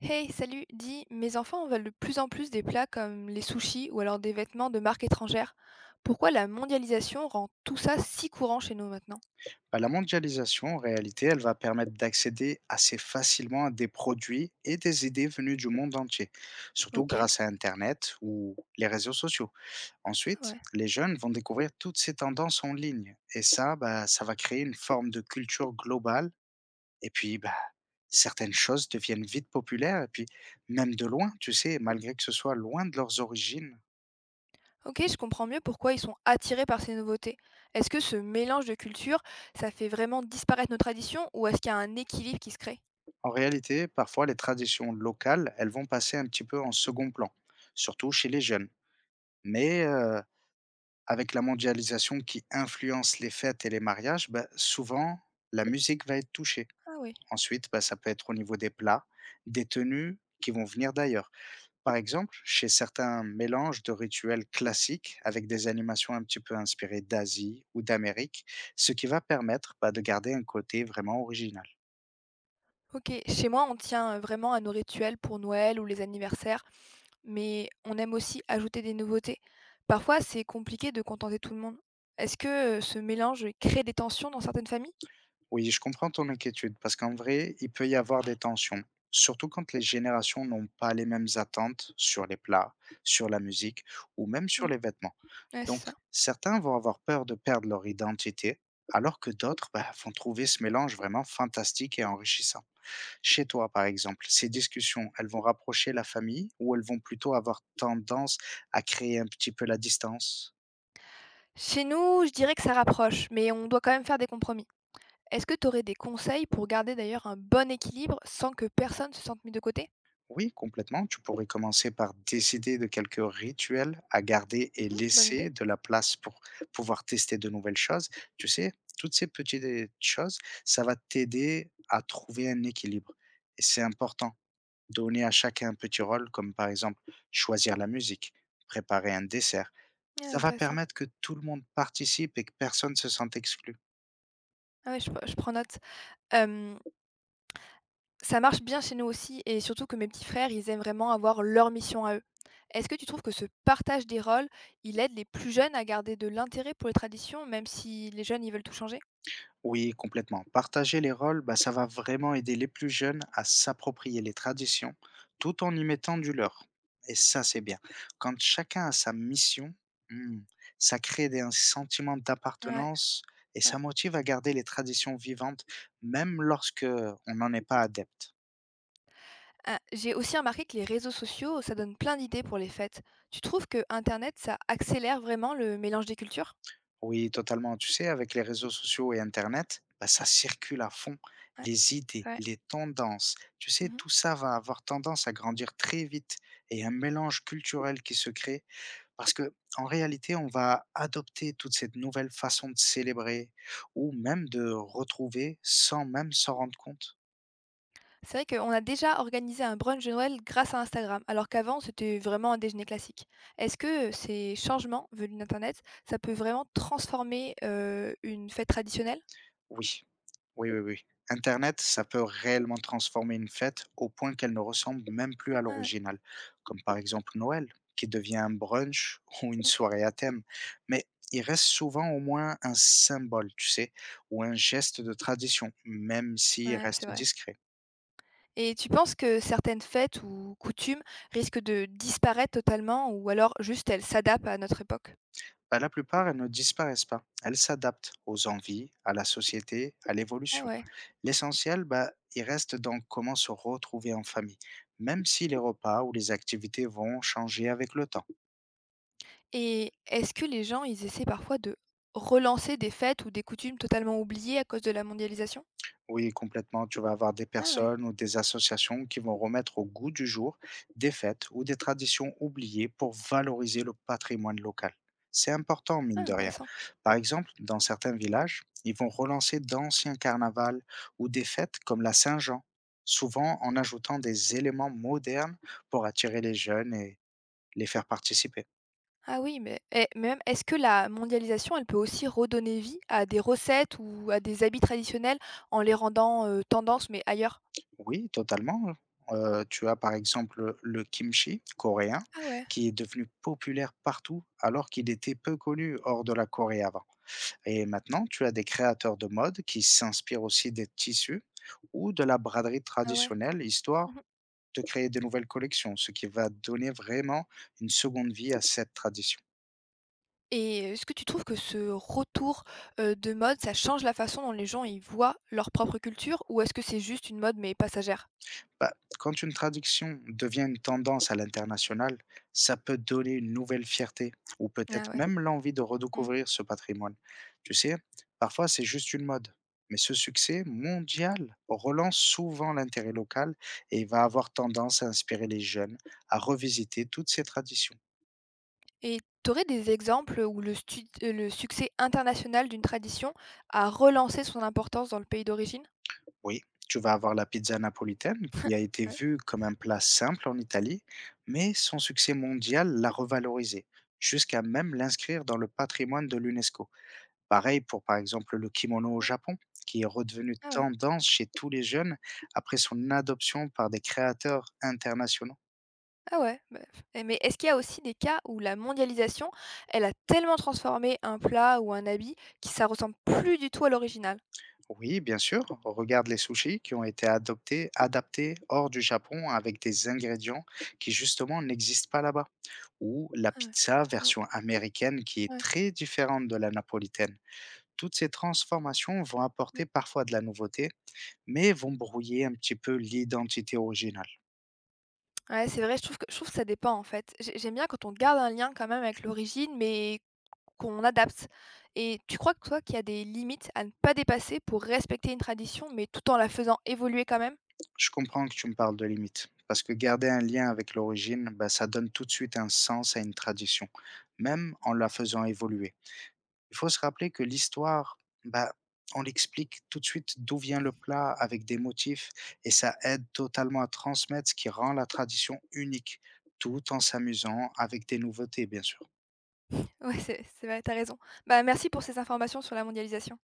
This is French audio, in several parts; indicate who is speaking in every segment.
Speaker 1: Hey, salut, dis, mes enfants veulent de plus en plus des plats comme les sushis ou alors des vêtements de marques étrangères. Pourquoi la mondialisation rend tout ça si courant chez nous maintenant?
Speaker 2: Bah, la mondialisation, en réalité, elle va permettre d'accéder assez facilement à des produits et des idées venues du monde entier, surtout
Speaker 1: Ok,
Speaker 2: grâce à Internet ou les réseaux sociaux. Ensuite,
Speaker 1: ouais.
Speaker 2: les jeunes vont découvrir toutes ces tendances en ligne et ça, bah, ça va créer une forme de culture globale et puis bah, certaines choses deviennent vite populaires et puis même de loin, tu sais, malgré que ce soit loin de leurs origines.
Speaker 1: Ok, je comprends mieux pourquoi ils sont attirés par ces nouveautés. Est-ce que ce mélange de cultures, ça fait vraiment disparaître nos traditions ou est-ce qu'il y a un équilibre qui se crée?
Speaker 2: En réalité, parfois, les traditions locales, elles vont passer un petit peu en second plan, surtout chez les jeunes. Mais avec la mondialisation qui influence les fêtes et les mariages, bah, souvent, la musique va être touchée.
Speaker 1: Ah oui.
Speaker 2: Ensuite, bah, ça peut être au niveau des plats, des tenues qui vont venir d'ailleurs. Par exemple, chez certains mélanges de rituels classiques avec des animations un petit peu inspirées d'Asie ou d'Amérique, ce qui va permettre, bah, de garder un côté vraiment original.
Speaker 1: Ok, chez moi, on tient vraiment à nos rituels pour Noël ou les anniversaires, mais on aime aussi ajouter des nouveautés. Parfois, c'est compliqué de contenter tout le monde. Est-ce que ce mélange crée des tensions dans certaines familles?
Speaker 2: Oui, je comprends ton inquiétude parce qu'en vrai, il peut y avoir des tensions, surtout quand les générations n'ont pas les mêmes attentes sur les plats, sur la musique ou même sur
Speaker 1: Mm,
Speaker 2: les vêtements.
Speaker 1: ouais,
Speaker 2: Donc,
Speaker 1: c'est ça.
Speaker 2: certains vont avoir peur de perdre leur identité, alors que d'autres bah, vont trouver ce mélange vraiment fantastique et enrichissant. Chez toi, par exemple, ces discussions, elles vont rapprocher la famille ou elles vont plutôt avoir tendance à créer un petit peu la distance?
Speaker 1: Chez nous, je dirais que ça rapproche, mais on doit quand même faire des compromis. Est-ce que tu aurais des conseils pour garder d'ailleurs un bon équilibre sans que personne se sente mis de côté?
Speaker 2: Oui, complètement. Tu pourrais commencer par décider de quelques rituels à garder et
Speaker 1: Mhm, bonne idée.
Speaker 2: laisser de la place pour pouvoir tester de nouvelles choses. Tu sais, toutes ces petites choses, ça va t'aider à trouver un équilibre. Et c'est important. Donner à chacun un petit rôle, comme par exemple choisir la musique, préparer un dessert.
Speaker 1: Ah,
Speaker 2: Ça va
Speaker 1: intéressant.
Speaker 2: permettre que tout le monde participe et que personne ne se sente exclu.
Speaker 1: Ah ouais, je prends note. Euh, Ça marche bien chez nous aussi et surtout que mes petits frères, ils aiment vraiment avoir leur mission à eux. Est-ce que tu trouves que ce partage des rôles, il aide les plus jeunes à garder de l'intérêt pour les traditions, même si les jeunes, ils veulent tout changer?
Speaker 2: Oui, complètement. Partager les rôles, bah, ça va vraiment aider les plus jeunes à s'approprier les traditions tout en y mettant du leur. Et ça, c'est bien. Quand chacun a sa mission, hmm, ça crée des, un sentiment
Speaker 1: Ouais,
Speaker 2: d'appartenance et ça
Speaker 1: ouais.
Speaker 2: motive à garder les traditions vivantes, même lorsque on n'en est pas adepte.
Speaker 1: Ah, j'ai aussi remarqué que les réseaux sociaux, ça donne plein d'idées pour les fêtes. Tu trouves que Internet, ça accélère vraiment le mélange des cultures?
Speaker 2: Oui, totalement. Tu sais, avec les réseaux sociaux et Internet, bah, ça circule à fond.
Speaker 1: Ouais,
Speaker 2: Les idées,
Speaker 1: ouais.
Speaker 2: les tendances, tu sais,
Speaker 1: Mhm.
Speaker 2: tout ça va avoir tendance à grandir très vite et un mélange culturel qui se crée parce que, en réalité, on va adopter toute cette nouvelle façon de célébrer ou même de retrouver sans même s'en rendre compte.
Speaker 1: C'est vrai qu'on a déjà organisé un brunch de Noël grâce à Instagram, alors qu'avant c'était vraiment un déjeuner classique. Est-ce que ces changements venus d'Internet, ça peut vraiment transformer une fête traditionnelle?
Speaker 2: Oui. Oui, oui, oui. Internet, ça peut réellement transformer une fête au point qu'elle ne ressemble même plus à
Speaker 1: Ouais,
Speaker 2: l'original, comme par exemple Noël, qui devient un brunch ou une
Speaker 1: mmh,
Speaker 2: soirée à thème. Mais il reste souvent au moins un symbole, tu sais, ou un geste de tradition, même s'il
Speaker 1: ouais, c'est
Speaker 2: reste
Speaker 1: vrai.
Speaker 2: discret.
Speaker 1: Et tu penses que certaines fêtes ou coutumes risquent de disparaître totalement ou alors juste elles s'adaptent à notre époque?
Speaker 2: Bah, la plupart, elles ne disparaissent pas. Elles s'adaptent aux envies, à la société, à
Speaker 1: Ah
Speaker 2: l'évolution.
Speaker 1: ouais.
Speaker 2: L'essentiel, bah, il reste dans comment se retrouver en famille, même si les repas ou les activités vont changer avec le temps.
Speaker 1: Et est-ce que les gens, ils essaient parfois de relancer des fêtes ou des coutumes totalement oubliées à cause de la mondialisation?
Speaker 2: Oui, complètement. Tu vas avoir des
Speaker 1: Ah ouais,
Speaker 2: personnes ou des associations qui vont remettre au goût du jour des fêtes ou des traditions oubliées pour valoriser le patrimoine local. C'est important, mine
Speaker 1: ah
Speaker 2: de rien.
Speaker 1: intéressant.
Speaker 2: Par exemple, dans certains villages, ils vont relancer d'anciens carnavals ou des fêtes comme la Saint-Jean, souvent en ajoutant des éléments modernes pour attirer les jeunes et les faire participer.
Speaker 1: Ah oui, mais eh, mais même est-ce que la mondialisation, elle peut aussi redonner vie à des recettes ou à des habits traditionnels en les rendant, tendance, mais ailleurs?
Speaker 2: Oui, totalement. Tu as par exemple, le kimchi coréen
Speaker 1: Ah ouais,
Speaker 2: qui est devenu populaire partout alors qu'il était peu connu hors de la Corée avant. Et maintenant, tu as des créateurs de mode qui s'inspirent aussi des tissus ou de la braderie
Speaker 1: ah ouais.
Speaker 2: traditionnelle, histoire
Speaker 1: Mmh.
Speaker 2: de créer de nouvelles collections, ce qui va donner vraiment une seconde vie à cette tradition.
Speaker 1: Et est-ce que tu trouves que ce retour, de mode, ça change la façon dont les gens, ils voient leur propre culture ou est-ce que c'est juste une mode mais passagère?
Speaker 2: Bah, quand une traduction devient une tendance à l'international, ça peut donner une nouvelle fierté ou peut-être
Speaker 1: Ah ouais.
Speaker 2: même l'envie de
Speaker 1: Mmh.
Speaker 2: redécouvrir ce patrimoine. Tu sais, parfois c'est juste une mode, mais ce succès mondial relance souvent l'intérêt local et va avoir tendance à inspirer les jeunes à revisiter toutes ces traditions.
Speaker 1: Et tu aurais des exemples où le succès international d'une tradition a relancé son importance dans le pays d'origine?
Speaker 2: Oui, tu vas avoir la pizza napolitaine qui a été
Speaker 1: Ah ouais.
Speaker 2: vue comme un plat simple en Italie, mais son succès mondial l'a revalorisée, jusqu'à même l'inscrire dans le patrimoine de l'UNESCO. Pareil pour, par exemple, le kimono au
Speaker 1: Mmh.
Speaker 2: Japon, qui est redevenu
Speaker 1: Ah ouais.
Speaker 2: tendance chez tous les jeunes après son adoption par des créateurs internationaux.
Speaker 1: Ah ouais, bah, et mais est-ce qu'il y a aussi des cas où la mondialisation, elle a tellement transformé un plat ou un habit que ça ressemble plus du tout à l'original?
Speaker 2: Oui, bien sûr, regarde les sushis qui ont été adoptés, adaptés hors du Japon avec des ingrédients qui justement n'existent pas là-bas. Ou la
Speaker 1: Ah ouais.
Speaker 2: pizza
Speaker 1: Mmh,
Speaker 2: version américaine qui est
Speaker 1: ouais,
Speaker 2: très différente de la napolitaine. Toutes ces transformations vont
Speaker 1: mmh.
Speaker 2: apporter parfois de la nouveauté, mais vont brouiller un petit peu l'identité originale.
Speaker 1: Ouais, c'est vrai, je trouve que ça dépend, en fait. J'aime bien quand on garde un lien quand même avec l'origine, mais qu'on adapte. Et tu crois que toi qu'il y a des limites à ne pas dépasser pour respecter une tradition, mais tout en la faisant évoluer quand même?
Speaker 2: Je comprends que tu me parles de limites, parce que garder un lien avec l'origine, bah, ça donne tout de suite un sens à une tradition, même en la faisant évoluer. Il faut se rappeler que l'histoire, bah, on l'explique tout de suite d'où vient le plat avec des motifs, et ça aide totalement à transmettre ce qui rend la tradition unique, tout en s'amusant avec des nouveautés, bien sûr.
Speaker 1: Ouais, c'est vrai, t'as raison. Bah, merci pour ces informations sur la mondialisation.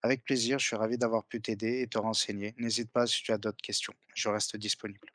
Speaker 2: Avec plaisir, je suis ravi d'avoir pu t'aider et te renseigner. N'hésite pas si tu as d'autres questions. Je reste disponible.